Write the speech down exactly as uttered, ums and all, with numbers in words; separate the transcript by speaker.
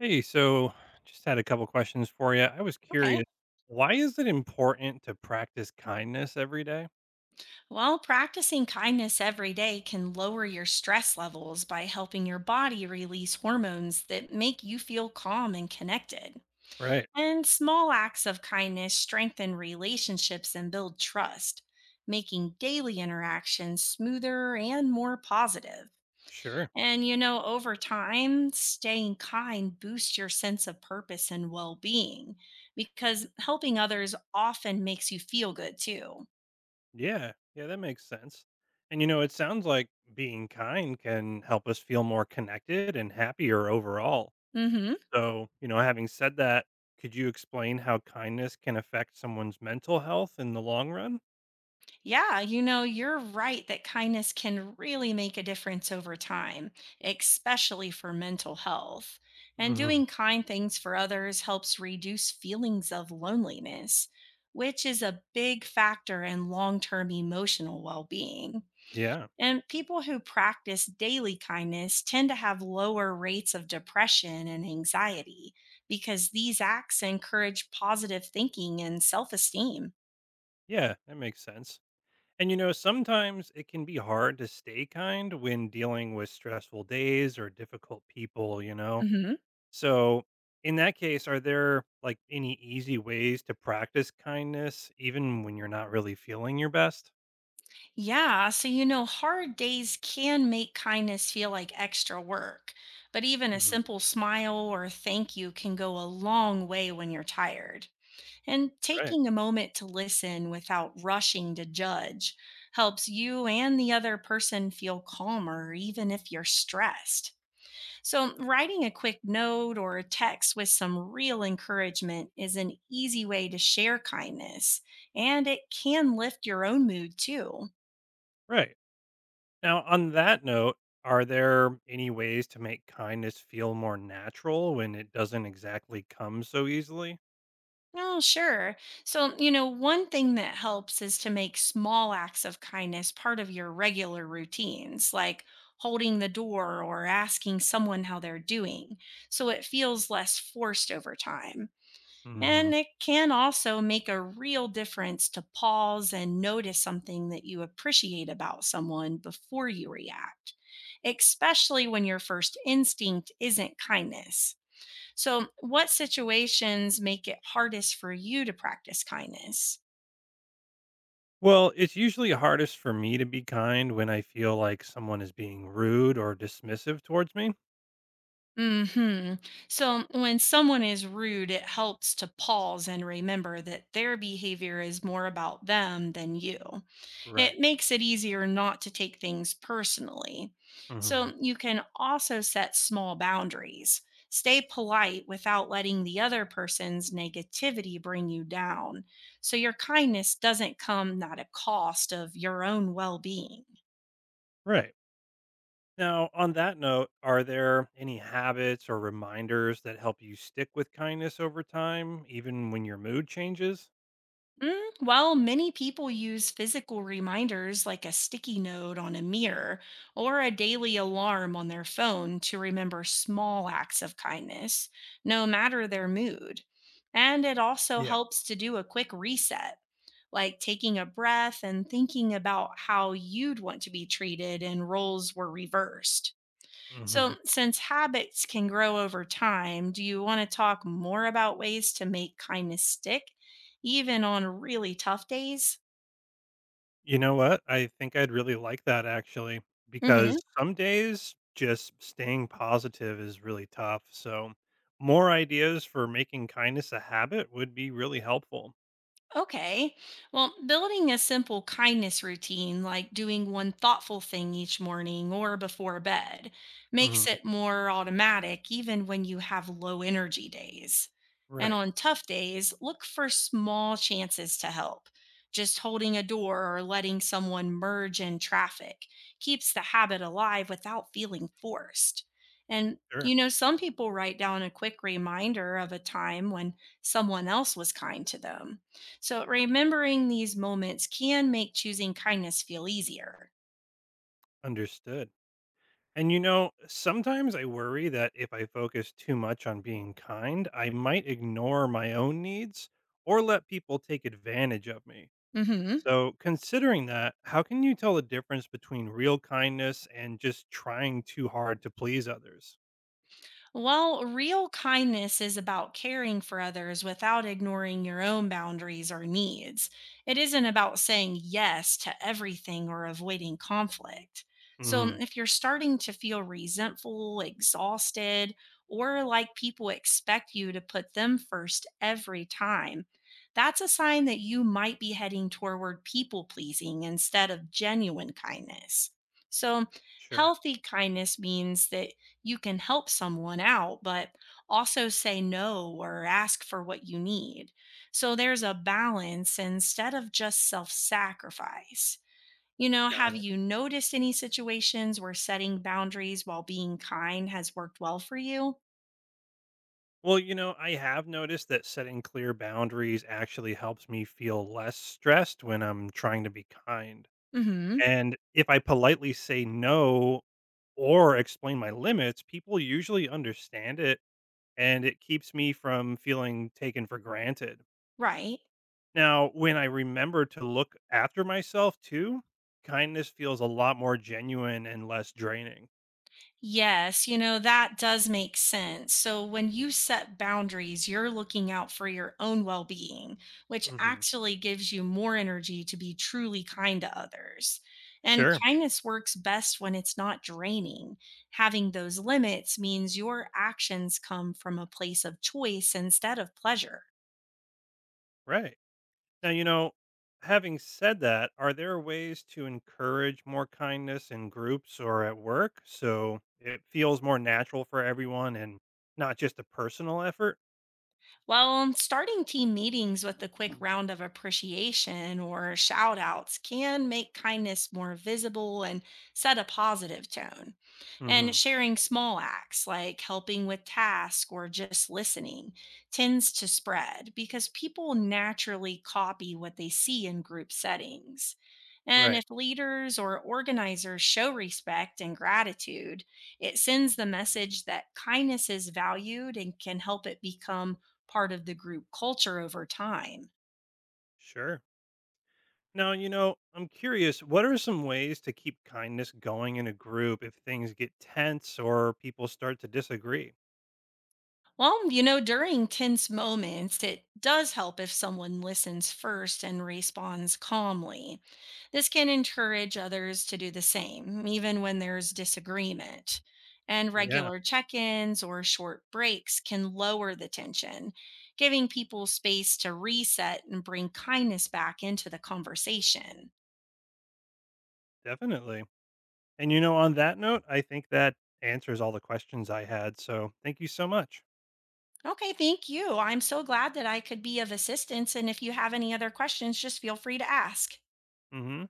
Speaker 1: Hey, so just had a couple questions for you. I was
Speaker 2: Okay.
Speaker 1: curious, why is it important to practice kindness every day?
Speaker 2: Well, practicing kindness every day can lower your stress levels by helping your body release hormones that make you feel calm and connected.
Speaker 1: Right.
Speaker 2: And small acts of kindness strengthen relationships and build trust, making daily interactions smoother and more positive.
Speaker 1: Sure.
Speaker 2: And you know, over time, staying kind boosts your sense of purpose and well being because helping others often makes you feel good too.
Speaker 1: Yeah. Yeah, that makes sense. And you know, it sounds like being kind can help us feel more connected and happier overall.
Speaker 2: Mm hmm.
Speaker 1: So, you know, having said that, could you explain how kindness can affect someone's mental health in the long run?
Speaker 2: Yeah, you know, you're right that kindness can really make a difference over time, especially for mental health. And
Speaker 1: Hmm.
Speaker 2: doing kind things for others helps reduce feelings of loneliness, which is a big factor in long term emotional well being.
Speaker 1: Yeah.
Speaker 2: And people who practice daily kindness tend to have lower rates of depression and anxiety because these acts encourage positive thinking and self esteem.
Speaker 1: Yeah, that makes sense. And you know, sometimes it can be hard to stay kind when dealing with stressful days or difficult people, you know? So, in that case, are there like any easy ways to practice kindness even when you're not really feeling your best?
Speaker 2: Yeah, so you know, hard days can make kindness feel like extra work, but even a
Speaker 1: Mhm.
Speaker 2: simple smile or thank you can go a long way when you're tired. And
Speaker 1: Right.
Speaker 2: taking a moment to listen without rushing to judge helps you and the other person feel calmer, even if you're stressed. So, writing a quick note or a text with some real encouragement is an easy way to share kindness, and it can lift your own mood too.
Speaker 1: Right. Now, on that note, are there any ways to make kindness feel more natural when it doesn't exactly come so easily?
Speaker 2: Oh, sure. So, you know, one thing that helps is to make small acts of kindness part of your regular routines, like holding the door or asking someone how they're doing. So it feels less forced over time. And it can also make a real difference to pause and notice something that you appreciate about someone before you react, especially when your first instinct isn't kindness. So, what situations make it hardest for you to practice kindness?
Speaker 1: Well, it's usually hardest for me to be kind when I feel like someone is being rude or dismissive towards me.
Speaker 2: Hmm. So when someone is rude, it helps to pause and remember that their behavior is more about them than you. It
Speaker 1: Right.
Speaker 2: makes it easier not to take things personally.
Speaker 1: Hmm.
Speaker 2: So you can also set small boundaries. Stay polite without letting the other person's negativity bring you down. So your kindness doesn't come at a cost of your own well being.
Speaker 1: Right. Now, on that note, are there any habits or reminders that help you stick with kindness over time, even when your mood changes?
Speaker 2: Mm, well, many people use physical reminders like a sticky note on a mirror or a daily alarm on their phone to remember small acts of kindness, no matter their mood. And it also
Speaker 1: Yeah.
Speaker 2: helps to do a quick reset, like taking a breath and thinking about how you'd want to be treated and roles were reversed. So,
Speaker 1: Hmm.
Speaker 2: since habits can grow over time, do you want to talk more about ways to make kindness stick, even on really tough days?
Speaker 1: You know what? I think I'd really like that actually, because
Speaker 2: hmm
Speaker 1: some days just staying positive is really tough. So, more ideas for making kindness a habit would be really helpful.
Speaker 2: Okay. Well, building a simple kindness routine, like doing one thoughtful thing each morning or before bed, makes
Speaker 1: Mhm.
Speaker 2: it more automatic even when you have low energy days. And
Speaker 1: Right.
Speaker 2: on tough days, look for small chances to help. Just holding a door or letting someone merge in traffic keeps the habit alive without feeling forced. And,
Speaker 1: Sure.
Speaker 2: you know, some people write down a quick reminder of a time when someone else was kind to them so remembering these moments can make choosing kindness feel easier.
Speaker 1: Understood. And you know, sometimes I worry that if I focus too much on being kind, I might ignore my own needs or let people take advantage of me.
Speaker 2: Mhm.
Speaker 1: So, considering that, how can you tell the difference between real kindness and just trying too hard to please others?
Speaker 2: Well, real kindness is about caring for others without ignoring your own boundaries or needs. It isn't about saying yes to everything or avoiding conflict. So, mm,
Speaker 1: Hmm.
Speaker 2: if you're starting to feel resentful, exhausted, or like people expect you to put them first every time, that's a sign that you might be heading toward people pleasing instead of genuine kindness. So,
Speaker 1: Sure.
Speaker 2: healthy kindness means that you can help someone out, but also say no or ask for what you need. So there's a balance instead of just self sacrifice. You know,
Speaker 1: Got
Speaker 2: have
Speaker 1: it.
Speaker 2: you noticed any situations where setting boundaries while being kind has worked well for you?
Speaker 1: Well, you know, I have noticed that setting clear boundaries actually helps me feel less stressed when I'm trying to be kind.
Speaker 2: Mm hmm.
Speaker 1: And if I politely say no or explain my limits, people usually understand it and it keeps me from feeling taken for granted.
Speaker 2: Right.
Speaker 1: Now, when I remember to look after myself too, kindness feels a lot more genuine and less draining.
Speaker 2: Yes, you know, that does make sense. So when you set boundaries, you're looking out for your own well being, which
Speaker 1: Hmm.
Speaker 2: actually gives you more energy to be truly kind to others. And
Speaker 1: Sure.
Speaker 2: kindness works best when it's not draining. Having those limits means your actions come from a place of choice instead of pleasure.
Speaker 1: Right. Now, you know, having said that, are there ways to encourage more kindness in groups or at work so it feels more natural for everyone and not just a personal effort?
Speaker 2: Well, starting team meetings with a quick round of appreciation or shout outs can make kindness more visible and set a positive tone. And
Speaker 1: Hmm.
Speaker 2: sharing small acts like helping with tasks or just listening tends to spread because people naturally copy what they see in group settings. And
Speaker 1: Right.
Speaker 2: if leaders or organizers show respect and gratitude, it sends the message that kindness is valued and can help it become part of the group culture over time.
Speaker 1: Sure. Now, you know, I'm curious, what are some ways to keep kindness going in a group if things get tense or people start to disagree?
Speaker 2: Well, you know, during tense moments, it does help if someone listens first and responds calmly. This can encourage others to do the same, even when there's disagreement. And
Speaker 1: Yeah,
Speaker 2: regular check ins or short breaks can lower the tension, giving people space to reset and bring kindness back into the conversation.
Speaker 1: definitely. And, you know, on that note, I think that answers all the questions I had. So thank you so much.
Speaker 2: Okay, thank you. I'm so glad that I could be of assistance. And if you have any other questions, just feel free to ask.
Speaker 1: Hmm.